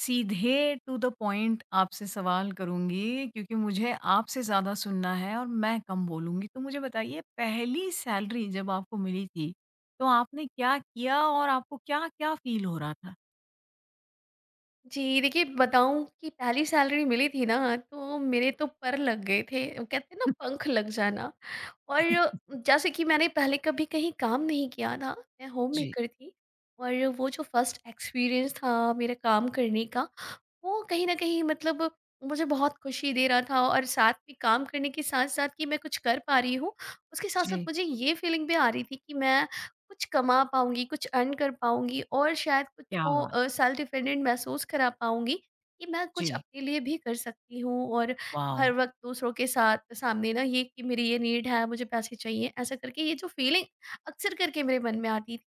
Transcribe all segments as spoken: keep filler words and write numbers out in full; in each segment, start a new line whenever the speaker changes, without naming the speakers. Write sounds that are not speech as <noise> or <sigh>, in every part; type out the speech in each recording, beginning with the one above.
सीधे to the point आपसे सवाल करूँगी क्योंकि मुझे आपसे ज़्यादा सुनना है और मैं कम बोलूँगी। तो मुझे बताइए पहली सैलरी जब आपको मिली थी, तो आपने क्या किया और आपको क्या-क्या फ़ील हो रहा था?
जी, देखिए बताऊँ कि पहली सैलरी मिली थी ना, तो मेरे तो पर लग गए थे। वो कहते हैं ना पंख लग जाना। और
<laughs>
जैसे कि मैंने पहले कभी कहीं काम नहीं किया था, मैं
जी,
होममेकर थी। और वो जो फर्स्ट एक्सपीरियंस था मेरा काम करने का, वो कहीं न कहीं मतलब मुझे बहुत खुशी दे रहा था। और साथ में काम करने के साथ-साथ कि मैं कुछ कर पा रही हूँ, उसके साथ-साथ
जी।
मुझे ये फीलिंग भी आ रही थी कि मैं कुछ कमा पाऊँगी, कुछ अर्न कर पाऊँगी और शायद खुद
क्या
को
बात!
अ, सेल्फ डिपेंडेंट महसूस करा पाऊँगी कि मैं कुछ
जी,
अपने लिए भी कर सकती हूँ। और
वॉव!
हर वक़्त दूसरों के साथ सामने ना ये कि मेरी ये नीड है, मुझे पैसे चाहिए, ऐसा करके ये जो फीलिंग अक्सर करके मेरे मन में आती थी,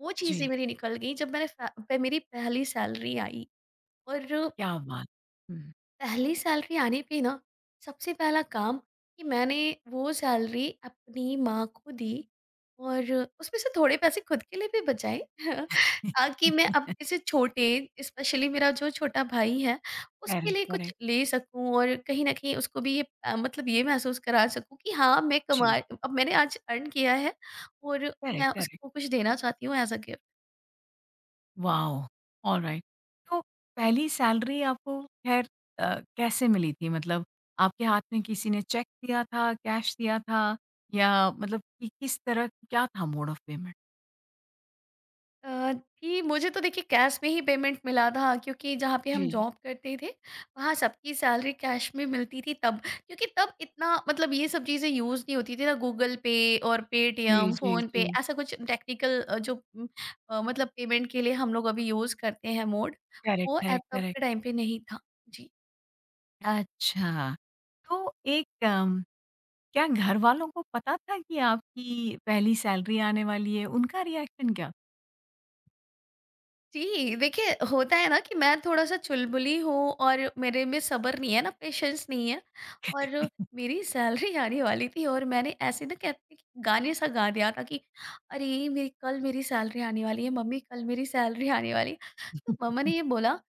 वो चीज़ें
जी,
मेरी निकल गई जब मैंने फै पे मेरी पहली सैलरी आई। और
क्या बात! हुँ।
पहली सैलरी आने पे ना सबसे पहला काम कि मैंने वो सैलरी अपनी माँ को दी। और उसमें से थोड़े पैसे खुद के लिए भी बचाए <laughs> ताकि मैं अब किसी छोटे स्पेशली मेरा जो छोटा भाई है उसके
करेक्ट,
लिए कुछ
करेक्ट।
ले सकूं और कहीं ना कहीं उसको भी ये अ, मतलब ये महसूस करा सकूं कि हाँ मैं कमा
जी,
अब मैंने आज अर्न किया है और मैं
करेक्ट, करेक्ट।
उसको कुछ देना चाहती हूँ as a gift.
Wow! Alright. तो पहली सैलरी आपको ख़ैर अ, कैसे मिली थी? मतलब आपके हाथ में किसी ने चेक दिया था, कैश दिया था या मतलब कि किस तरह क्या था मोड ऑफ पेमेंट?
अ, जी, मुझे तो देखिए कैश में ही पेमेंट मिला था क्योंकि जहाँ पे हम
जी,
जॉब करते थे वहाँ सबकी सैलरी कैश में मिलती थी तब। क्योंकि तब इतना मतलब ये सब चीज़ें यूज़ नहीं होती थी ना गूगल पे और
जी,
पेटीएम
जी,
फ़ोन पे
जी।
ऐसा कुछ टेक्निकल जो उम, अ, मतलब पेमेंट के लिए हम लोग अभी यूज़ करते हैं मोड।
करेक्ट,
वो ऐप
करेक्ट,
तब
करेक्ट।
के टाइम पे नहीं था। जी।
अच्छा, तो एक अम, क्या घरवालों को पता था कि आपकी पहली सैलरी आने वाली है? उनका रिएक्शन क्या?
जी, देखिए होता है ना कि मैं थोड़ा-सा चुलबुली हूँ और मेरे में सब्र नहीं है ना, पेशेंस नहीं है। और मेरी सैलरी आने वाली थी और मैंने ऐसे ना कहते कि गाने-सा गा दिया था कि अरे! मेरी कल मेरी सैलरी आने वाली है, मम्मी कल मेरी सैलरी आने वाली है। तो
<laughs>
मम्मा ने ये बोला,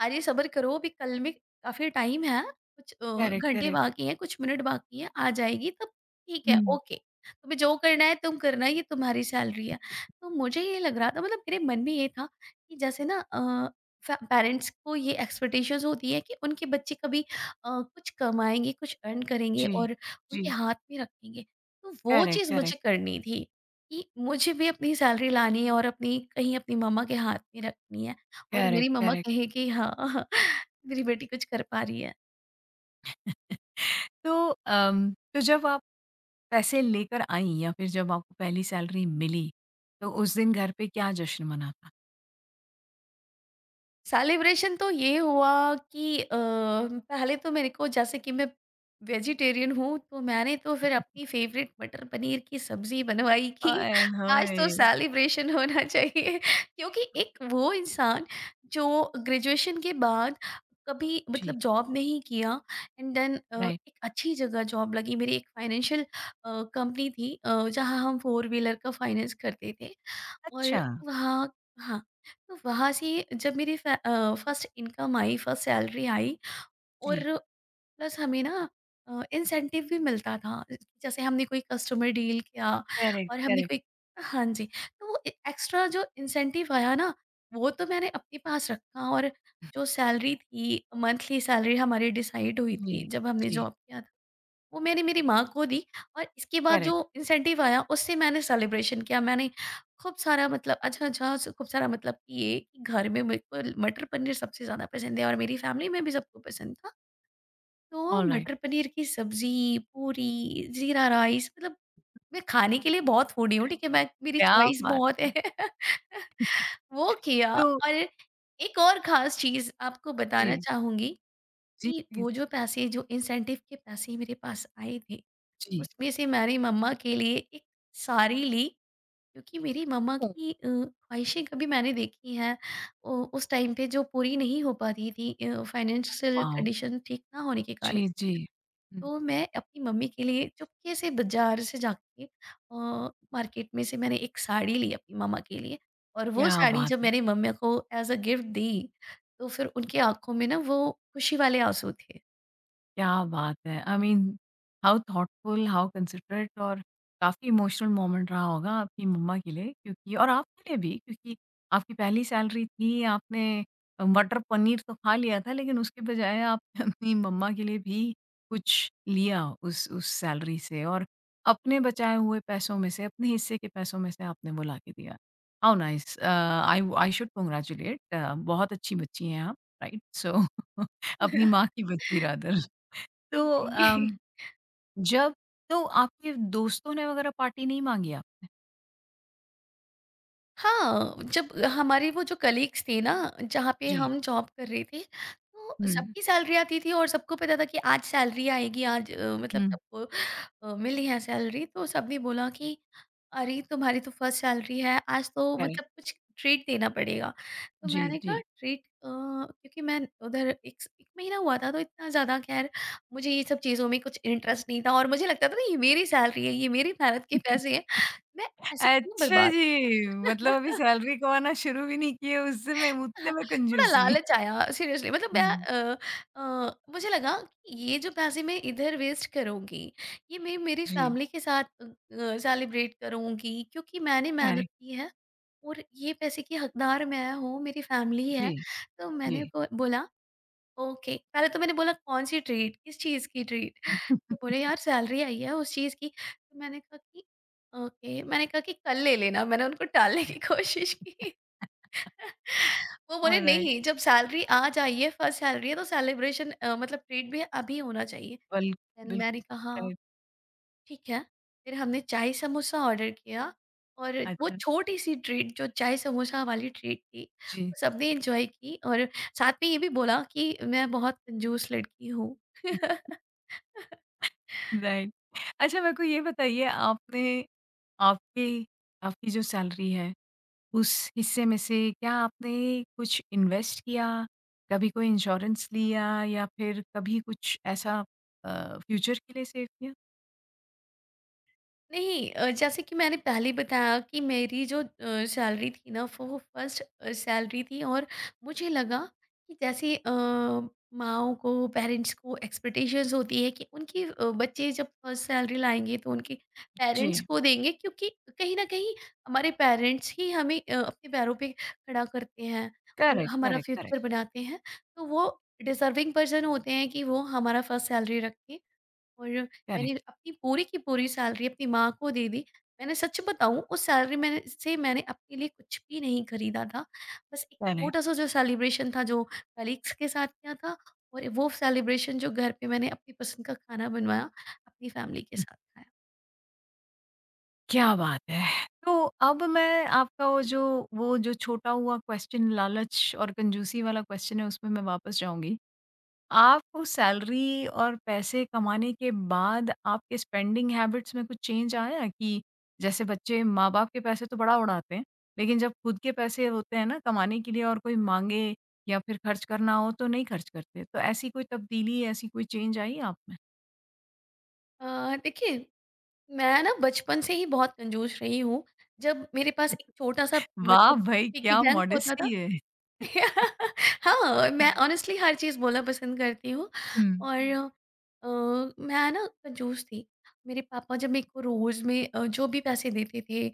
"अरे! सब्र करो, अभी कल में काफ़ी टाइम है, कुछ अ,
करेक्ट,
घंटे
करेक्ट।
बाकी हैं, कुछ मिनट बाकी हैं, आ जाएगी तब। ठीक है,
हुँ,
ओके। तुम्हें जो करना है तुम करना, ये तुम्हारी सैलरी है।" तो मुझे ये लग रहा था मतलब मेरे मन में ये था कि जैसे ना अ, पेरेंट्स को ये एक्सपेक्टेशंस होती है कि उनके बच्चे कभी अ, कुछ कमाएँगे, कुछ अर्न करेंगे
जी,
और उनके
जी।
हाथ में रखेंगे। तो वो
करेक्ट,
चीज़ मुझे
करेक्ट,
करनी थी कि मुझे भी अपनी सैलरी लानी है और अपनी कहीं अपनी मम्मा के हाथ में रखनी है। और मेरी
करेक्ट,
मम्मा
करेक्ट।
कहे कि हाँ, <laughs> मेरी बेटी कुछ कर पा रही है।
<laughs> तो अम, तो जब आप पैसे लेकर आईं या फिर जब आपको पहली सैलरी मिली, तो उस दिन घर पे क्या जश्न मना था?
सेलिब्रेशन तो ये हुआ कि अ, पहले तो मेरे को जैसे कि मैं वेजिटेरियन हूँ तो मैंने तो फिर अपनी फेवरेट मटर पनीर की सब्जी बनवाई कि
आय <laughs>
आज तो
हाय!
सेलिब्रेशन होना चाहिए <laughs> क्योंकि एक वो इंसान जो ग्रेजुएशन के बाद कभी
जी,
मतलब जॉब नहीं किया। And then
right.
एक अच्छी जगह जॉब लगी मेरी। एक फाइनेंशियल कंपनी थी अ, जहाँ हम फोर व्हीलर का फाइनेंस करते थे। और
अच्छा,
वहाँ हाँ, तो वहाँ से जब मेरी फ़ै अ, फर्स्ट इनकम आई, फर्स्ट सैलरी आई और
जी।
प्लस हमें ना अ, इंसेंटिव भी मिलता था। जैसे हमने कोई कस्टमर डील किया
करेक्ट,
और हमने
करेक्ट।
कोई हाँ जी, तो वो ए एक्स्ट्रा जो इंसेंटिव आया ना, वो तो मैंने अपने पास रखा। और जो सैलरी थी, मंथली सैलरी हमारी डिसाइड हुई
जी,
थी जब हमने
जी,
जॉब किया वो मैंने मेरी माँ को दी। और इसके बाद जो
करेक्ट,
इंसेंटिव आया उससे मैंने सेलिब्रेशन किया। मैंने खूब सारा मतलब अच्छा, अच्छा स खूब सारा मतलब कि ये कि घर में मेरे को मटर पनीर सबसे ज़्यादा पसंद है और मेरी फैमिली में भी सबको पसंद था। तो
ऑलराइट।
मटर पनीर की सब्ज़ी, पूरी, ज़ीरा राइस मतलब मैं खाने के लिए बहुत फूडी हूँ, ठीक है? मैं मेरी
क्या
चॉइस
बात
बहुत है।
है!
<laughs> वो किया।
तो
और एक और ख़ास चीज़ आपको बताना
जी,
चाहूँगी
जी,
कि
जी,
वो जो पैसे जो इंसेंटिव के पैसे मेरे पास आए थे
जी।
उसमें से मैंने मम्मा के लिए एक साड़ी ली क्योंकि मेरी मम्मा
ओह
की अ, ख्वाहिशें कभी मैंने देखी हैं अ, उस टाइम पे जो पूरी नहीं हो पाती थी फाइनेंशियल
वाओ!
कंडीशन ठीक ना होने के कारण।
जी, जी। हुँ,
तो मैं अपनी मम्मी के लिए चुपके से बाजार से जाके मार्केट में से मैंने एक साड़ी ली अपनी मम्मा के लिए। और वो
क्या
साड़ी
बात
जब
है!
मेरी मम्मी को एज अ गिफ्ट दी तो फिर उनकी आंखों में ना वो खुशी वाले आंसू थे।
क्या बात है! I mean how thoughtful, how considerate और काफ़ी इमोशनल मोमेंट रहा होगा आपकी मम्मा के लिए क्योंकि और आपके लिए भी क्योंकि आपकी पहली सैलरी थी, आपने मटर पनीर तो खा लिया था लेकिन उसके बजाय आपने <laughs> अपनी मम्मा के लिए भी कुछ लिया उस उस सैलरी से और अपने बचाए हुए पैसों में से, अपने हिस्से के पैसों में से आपने वो लाके दिया। How nice! Uh, I I should congratulate बहुत अच्छी बच्ची हैं आप, राइट? सो <laughs> अपनी माँ
<laughs>
की बच्ची रादर। तो अम,
जी
जब तो आपके दोस्तों ने वगैरह पार्टी नहीं माँगी आपने?
हाँ, जब हमारे वो जो कलीग्स थे ना, जहाँ पे
जी।
हम जॉब कर रहे थे, तो
हुँ,
सबकी सैलरी आती थी और सबको पता था कि आज सैलरी आएगी, आज अ, मतलब
हुँ,
सबको अ, मिली है सैलरी। तो सबने बोला कि, "अरे! तुम्हारी तो फर्स्ट सैलरी है, आज तो
करेक्ट।
मतलब कुछ ट्रीट देना पड़ेगा।" तो
जी,
मैंने कहा,
जी।
"ट्रीट अ, क्योंकि मैं उधर एक स एक महीना हुआ था, तो इतना ज़्यादा खैर मुझे ये सब चीज़ों में कुछ इंटरेस्ट नहीं था और मुझे लगता था ना, ये मेरी सैलरी है, ये मेरी मेहनत के पैसे हैं, मैं ऐसे क्यों
अच्छा
बर्बाद
जी, मतलब अभी सैलरी कमाना शुरू भी नहीं किए उससे मैं उतने में
थोड़ा
कंजूसी।
लालच आया सीरियसली मतलब मैं
हुँ,
अ, अ, मुझे लगा कि ये जो पैसे मैं इधर वेस्ट करूँगी ये मैं मेरी
जी,
फैमिली के साथ सेलिब्रेट करूँगी क्योंकि मैंने मेहनत
करेक्ट।
की है और ये पैसे की हकदार मैं हूँ मेरी फैमिली है।
जी,
तो
जी।
मैंने बो, बोला ओके पहले तो मैंने बोला कौन सी ट्रीट किस चीज़ की ट्रीट। तो
<laughs>
बोले यार सैलरी आई है उस चीज़ की। तो मैंने कहा कि ओके मैंने कहा कि कल ले लेना। मैंने उनको टालने की कोशिश की। वो बोले
ऑलराइट।
नहीं जब सैलरी आ जाइए फर्स्ट सैलरी है तो सेलिब्रेशन मतलब ट्रीट भी अभी होना चाहिए।
बल
देन मैंने
बिल्कुल,
कहा
राइट।
ठीक है। फिर हमने चाय समोसा ऑर्डर किया और वो
अच्छा।
छोटी सी ट्रीट जो चाय समोसा वाली ट्रीट थी
जी।
वो सबने एंजॉय की। और साथ में ये भी बोला कि मैं बहुत कंजूस लड़की हूँ। <laughs>
राइट। अच्छा मेरे को ये बताइए आपने आपकी आपकी जो सैलरी है उस हिस्से में से क्या आपने कुछ इन्वेस्ट किया? कभी कोई इंश्योरेंस लिया या फिर कभी कुछ ऐसा अ, फ्यूचर के लिए सेव किया?
नहीं अ, जैसे कि मैंने पहले बताया कि मेरी जो अ, सैलरी थी ना वो फर्स्ट अ, सैलरी थी। और मुझे लगा कि जैसे अ, माओ को पेरेंट्स को एक्सपेक्टेशंस होती है कि उनके अ, बच्चे जब फर्स्ट सैलरी लाएंगे तो उनके पेरेंट्स
जी,
को देंगे। क्योंकि कहीं ना कहीं हमारे पेरेंट्स ही हमें अ, अपने पैरों पे खड़ा करते हैं और
करेक्ट,
हमारा
करेक्ट, करेक्ट,
फ्यूचर बनाते हैं। तो वो डिजर्विंग पर्सन होते हैं कि वो हमारा फर्स्ट सैलरी रखें। और मैंने
करेक्ट,
अपनी पूरी की पूरी सैलरी अपनी माँ को दे दी। मैंने सच बताऊँ उस सैलरी मैंने से मैंने अपने लिए कुछ भी नहीं खरीदा था। बस एक
करेक्ट।
छोटा-सा जो सेलिब्रेशन था जो कलीग्स के साथ किया था और वो सेलिब्रेशन जो घर पे मैंने अपनी पसंद का खाना बनवाया, अपनी फैमिली के
हुँ,
साथ खाया।
क्या बात है! तो अब मैं आपका वो जो वो जो छोटा हुआ क्वेश्चन लालच और कंजूसी वाला क्वेश्चन है उसमें मैं वापस जाऊँगी। आपको सैलरी और पैसे कमाने के बाद आपके स्पेंडिंग हैबिट्स में कुछ चेंज आया कि जैसे बच्चे माँ-बाप के पैसे तो बड़ा उड़ाते हैं, लेकिन जब खुद के पैसे होते हैं ना कमाने के लिए और कोई माँगे या फिर खर्च करना हो तो नहीं खर्च करते। तो ऐसी कोई तब्दीली, ऐसी कोई चेंज आई आप में?
अ, देखिए मैं ना बचपन से ही बहुत कंजूस रही हूँ। जब मेरे पास एक छोटा-सा
<laughs> वाह
मतलब
भाई!
पिग्गी
क्या
बैंक होता था
मॉडेस्टी है। <laughs>
<laughs> हाँ,
हुँ,
मैं ऑनेस्टली हर चीज़ बोलना पसंद करती हूँ और अ, मैं ना कंजूस थी। मेरे पापा जब मेरे को रोज़ में अ, जो भी पैसे देते थे अ,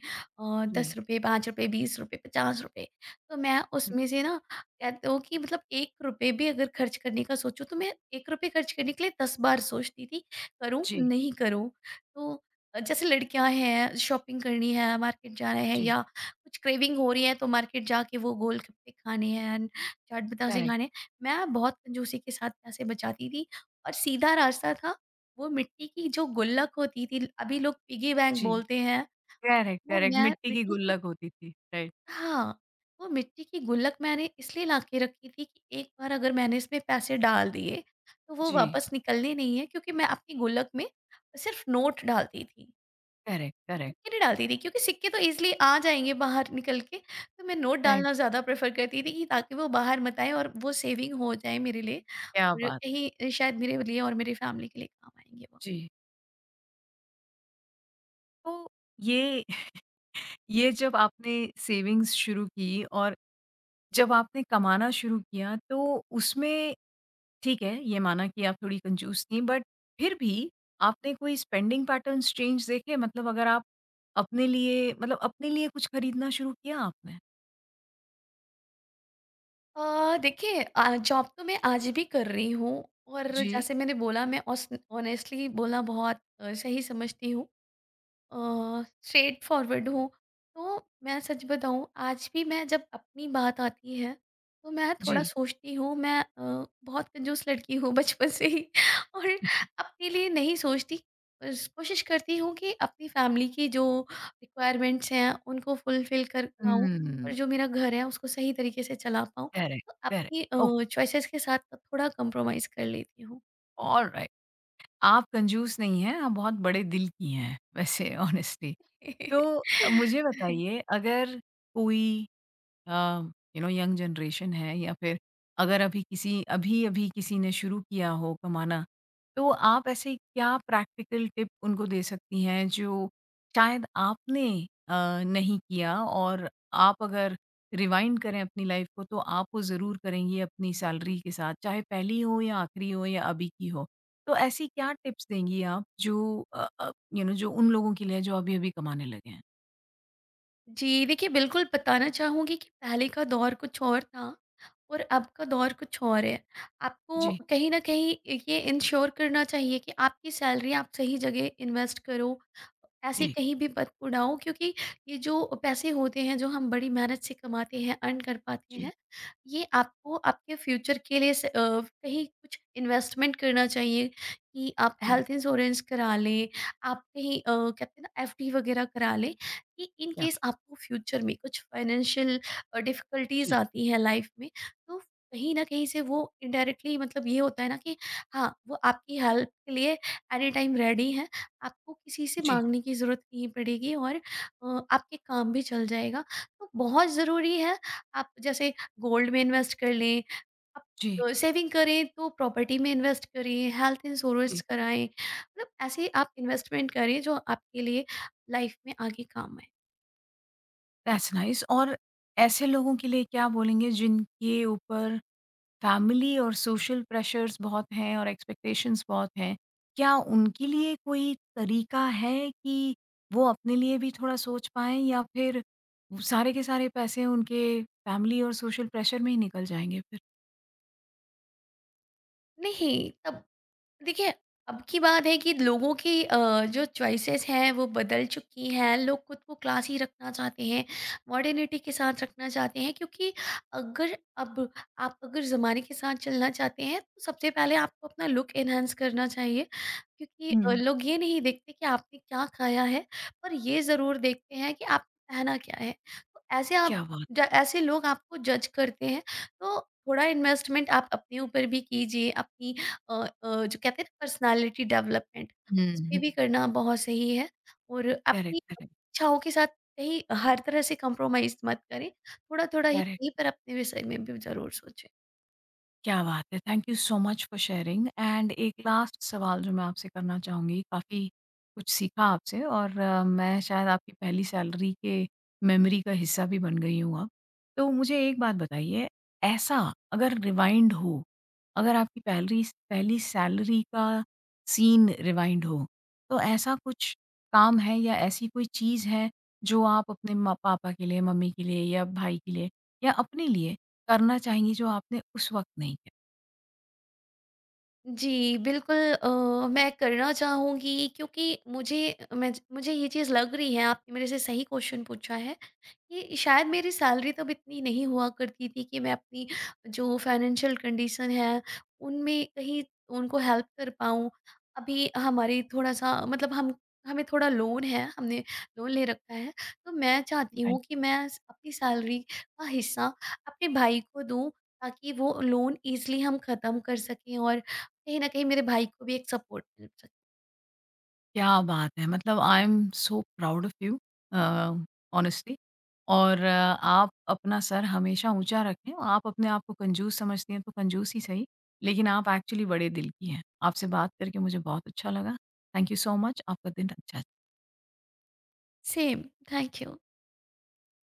जी,
₹दस रुपए, ₹पाँच रुपए, ₹बीस रुपए, ₹पचास रुपए तो मैं
हुँ,
उसमें से ना कहते हो कि मतलब ₹एक रुपया भी अगर खर्च करने का सोचूँ तो मैं ₹एक रुपया खर्च करने के लिए दस बार सोचती थी, करूँ,
जी,
नहीं करूँ। तो अ, जैसे लड़कियाँ हैं, शॉपिंग करनी है, मार्केट जाना है
जी,
या कुछ क्रेविंग हो रही है तो मार्केट जाके वो गोलगप्पे खाने हैं एंड चाट बतासे
करेक्ट,
खाने हैं। मैं बहुत कंजूसी के साथ पैसे बचाती थी और सीधा रास्ता था वो मिट्टी की जो गुल्लक होती थी अभी लोग पिगी बैंक
जी,
बोलते हैं।
करेक्ट,
वो
करेक्ट
मैं
मिट्टी की
मिट्टी की
गुल्लक होती थी, राइट,
हाँ, वो मिट्टी की गुल्लक मैंने इसलिए ला के रखी थी कि एक बार अगर मैंने इसमें पैसे डाल दिए तो वो
जी,
वापस निकलने नहीं है क्योंकि मैं अपनी गुल्लक में सिर्फ नोट डालती थी।
करेक्ट, करेक्ट,
सिक्के नहीं डालती थी क्योंकि सिक्के तो ईज़िली आ जाएँगे बाहर निकल के, तो मैं नोट
राइट,
डालना ज़्यादा प्रेफ़र करती थी कि ताकि वो बाहर मत आएँ और वो सेविंग हो जाए मेरे लिए।
क्या
और
बात है।
कहीं अ, शायद मेरे लिए और मेरी फ़ैमिली के लिए काम आएँगे वो।
जी। तो ये ये जब आपने सेविंग्स शुरू की और जब आपने कमाना शुरू किया तो उसमें ठीक है, ये माना कि आप थोड़ी कंजूस थीं बट फिर भी आपने कोई स्पेंडिंग पैटर्न्स चेंज देखे? मतलब अगर आप अपने लिए मतलब अपने लिए कुछ खरीदना शुरू किया आपने?
अ, देखिए अ, जॉब तो मैं आज भी कर रही हूँ और
जी।
जैसे मैंने बोला मैं ऑस ऑनेस्टली बोलना बहुत अ, सही समझती हूँ। स्ट्रेट फॉरवर्ड हूँ तो मैं सच बताऊँ आज भी मैं जब अपनी बात आती है तो मैं थोड़ा
जी।
सोचती हूँ मैं अ, बहुत कंजूस लड़की हूँ बचपन से ही <laughs> और अपने लिए नहीं सोचती बस कोशिश करती हूँ कि अपनी फैमिली की जो रिक्वायरमेंट्स हैं उनको फुलफिल कर पाऊँ और
हुँ।
जो मेरा घर है उसको सही तरीके से चला पाऊँ।
करेक्ट,
तो
करेक्ट।
अपनी
ओके,
चॉइसेस के साथ थोड़ा कंप्रोमाइज़ कर लेती हूँ।
ऑलराइट। आप कंजूस नहीं हैं, आप बहुत बड़े दिल की हैं वैसे <laughs> ऑनेस्टली। तो
<laughs>
अ, मुझे
<laughs>
बताइए अगर कोई यू नो यंग जनरेशन है या फिर अगर अभी किसी अभी अभी किसी ने शुरू किया हो कमाना तो आप ऐसे क्या प्रैक्टिकल टिप उनको दे सकती हैं जो शायद आपने अ, नहीं किया और आप अगर रिवाइंड करें अपनी लाइफ को तो आप वो ज़रूर करेंगी अपनी सैलरी के साथ चाहे पहली हो या आखिरी हो या अभी की हो तो ऐसी क्या टिप्स देंगी आप जो यू नो जो उन लोगों के लिए जो अभी अभी कमाने लगे हैं।
जी, देखिए बिल्कुल बताना चाहूँगी कि पहले का दौर कुछ और था और अब का दौर कुछ और है। आपको
जी,
कहीं न कहीं ये इंश्योर करना चाहिए कि आपकी सैलरी आप सही जगह इन्वेस्ट करो। ऐसे
जी,
कहीं भी मत उड़ाओ क्योंकि ये जो पैसे होते हैं, जो हम बड़ी मेहनत से कमाते हैं, अर्न कर पाते
जी,
हैं, ये आपको आपके फ्यूचर के लिए स अ, कहीं कुछ इन्वेस्टमेंट करना चाहिए कि आप
जी,
हेल्थ इंश्योरेंस करा लें, आप कहीं अ, कहते हैं ना एफडी वगैरह करा लें कि इन
क्या
केस
बात-
आपको फ्यूचर में कुछ फाइनेंशियल डिफिकल्टीज
जी,
आती हैं लाइफ में। तो कहीं ना कहीं से वो इनडायरेक्टली मतलब ये होता है ना कि हाँ वो आपकी हेल्प के लिए एनी टाइम रेडी है। आपको किसी से
जी,
मांगने की ज़रूरत नहीं पड़ेगी और अ, आपके काम भी चल जाएगा। तो बहुत ज़रूरी है आप जैसे गोल्ड में इन्वेस्ट कर लें आप
जी,
सेविंग करें तो प्रॉपर्टी में इन्वेस्ट करें। हेल्थ इंश्योरेंस
जी,
कराएं मतलब ऐसे आप इन्वेस्टमेंट करें जो आपके लिए लाइफ में आगे काम आए।
दैट्स नाइस और ऐसे लोगों के लिए क्या बोलेंगे जिनके ऊपर फैमिली और सोशल प्रेशर्स बहुत हैं और एक्सपेक्टेशंस बहुत हैं, क्या उनके लिए कोई तरीका है कि वो अपने लिए भी थोड़ा सोच पाएँ या फिर वो सारे के सारे पैसे उनके फैमिली और सोशल प्रेशर में ही निकल जाएँगे फिर?
नहीं, तब देखिए, अब की बात है कि लोगों की अ, जो चॉइसेस हैं वो बदल चुकी हैं। लोग खुद को क्लासी रखना चाहते हैं, मॉडर्निटी के साथ रखना चाहते हैं क्योंकि अगर अब आप अगर ज़माने के साथ चलना चाहते हैं तो सबसे पहले आपको अपना लुक एनहांस करना चाहिए। क्योंकि अ,
हुँ,
लोग ये नहीं देखते कि आपने क्या खाया है, पर ये ज़रूर देखते हैं कि आपने पहना क्या है। तो ऐसे आप
क्या बात!
ज ऐसे लोग आपको जज करते हैं, तो थोड़ा इन्वेस्टमेंट आप अपने ऊपर भी कीजिए, अपनी अ अ, जो कहते हैं ना पर्सनालिटी डेवलपमेंट
हुँ,
उस पे
हुँ।
भी करना बहुत सही है और अपनी
करेक्ट, करेक्ट,
इच्छाओं के साथ कहीं हर तरह से कॉम्प्रोमाइज़ मत करें। थोड़ा-थोड़ा ही
करेक्ट।
सही पर अपने विषय में भी ज़रूर सोचें।
क्या बात है! Thank you so much for sharing and एक लास्ट सवाल जो मैं आपसे करना चाहूँगी, काफ़ी कुछ सीखा आपसे और अ, मैं शायद आपकी पहली सैलरी के मेमोरी का हिस्सा भी बन गई हूँ अब। तो मुझे एक बात बताइए, ऐसा अगर रिवाइंड हो, अगर आपकी पहली पहली सैलरी का सीन रिवाइंड हो, तो ऐसा कुछ काम है या ऐसी कोई चीज़ है, जो आप अपने म पापा के लिए, मम्मी के लिए या भाई के लिए या अपने लिए करना चाहिए जो आपने उस वक़्त नहीं किया।
जी, बिल्कुल अ, मैं करना चाहूँगी क्योंकि मुझे मैं मुझे ये चीज़ लग रही है आपने मेरे से सही क्वेश्चन पूछा है। ये शायद मेरी सैलरी तब इतनी नहीं हुआ करती थी कि मैं अपनी जो फाइनेंशियल कंडीशन है, उनमें कहीं उनको हेल्प कर पाऊँ। अभी हमारी थोड़ा-सा मतलब हम हमें थोड़ा लोन है, हमने लोन ले रखा है, तो मैं चाहती हूँ
राइट।
कि मैं स अपनी सैलरी का हिस्सा अपने भाई को दूँ, ताकि वो लोन ईज़िली हम ख़त्म कर सकें और कहीं न कहीं मेरे भाई को भी एक सपोर्ट मिल सके।
क्या बात है! मतलब I am so proud of you uh, honestly और अ, आप अपना सर हमेशा ऊँचा रखें। आप अपने आप को कंजूस समझती हैं तो कंजूस ही सही, लेकिन आप एक्चुअली बड़े दिल की हैं। आपसे बात करके मुझे बहुत अच्छा लगा। Thank you so much. आपका दिन अच्छा
सेम, थैंक यू।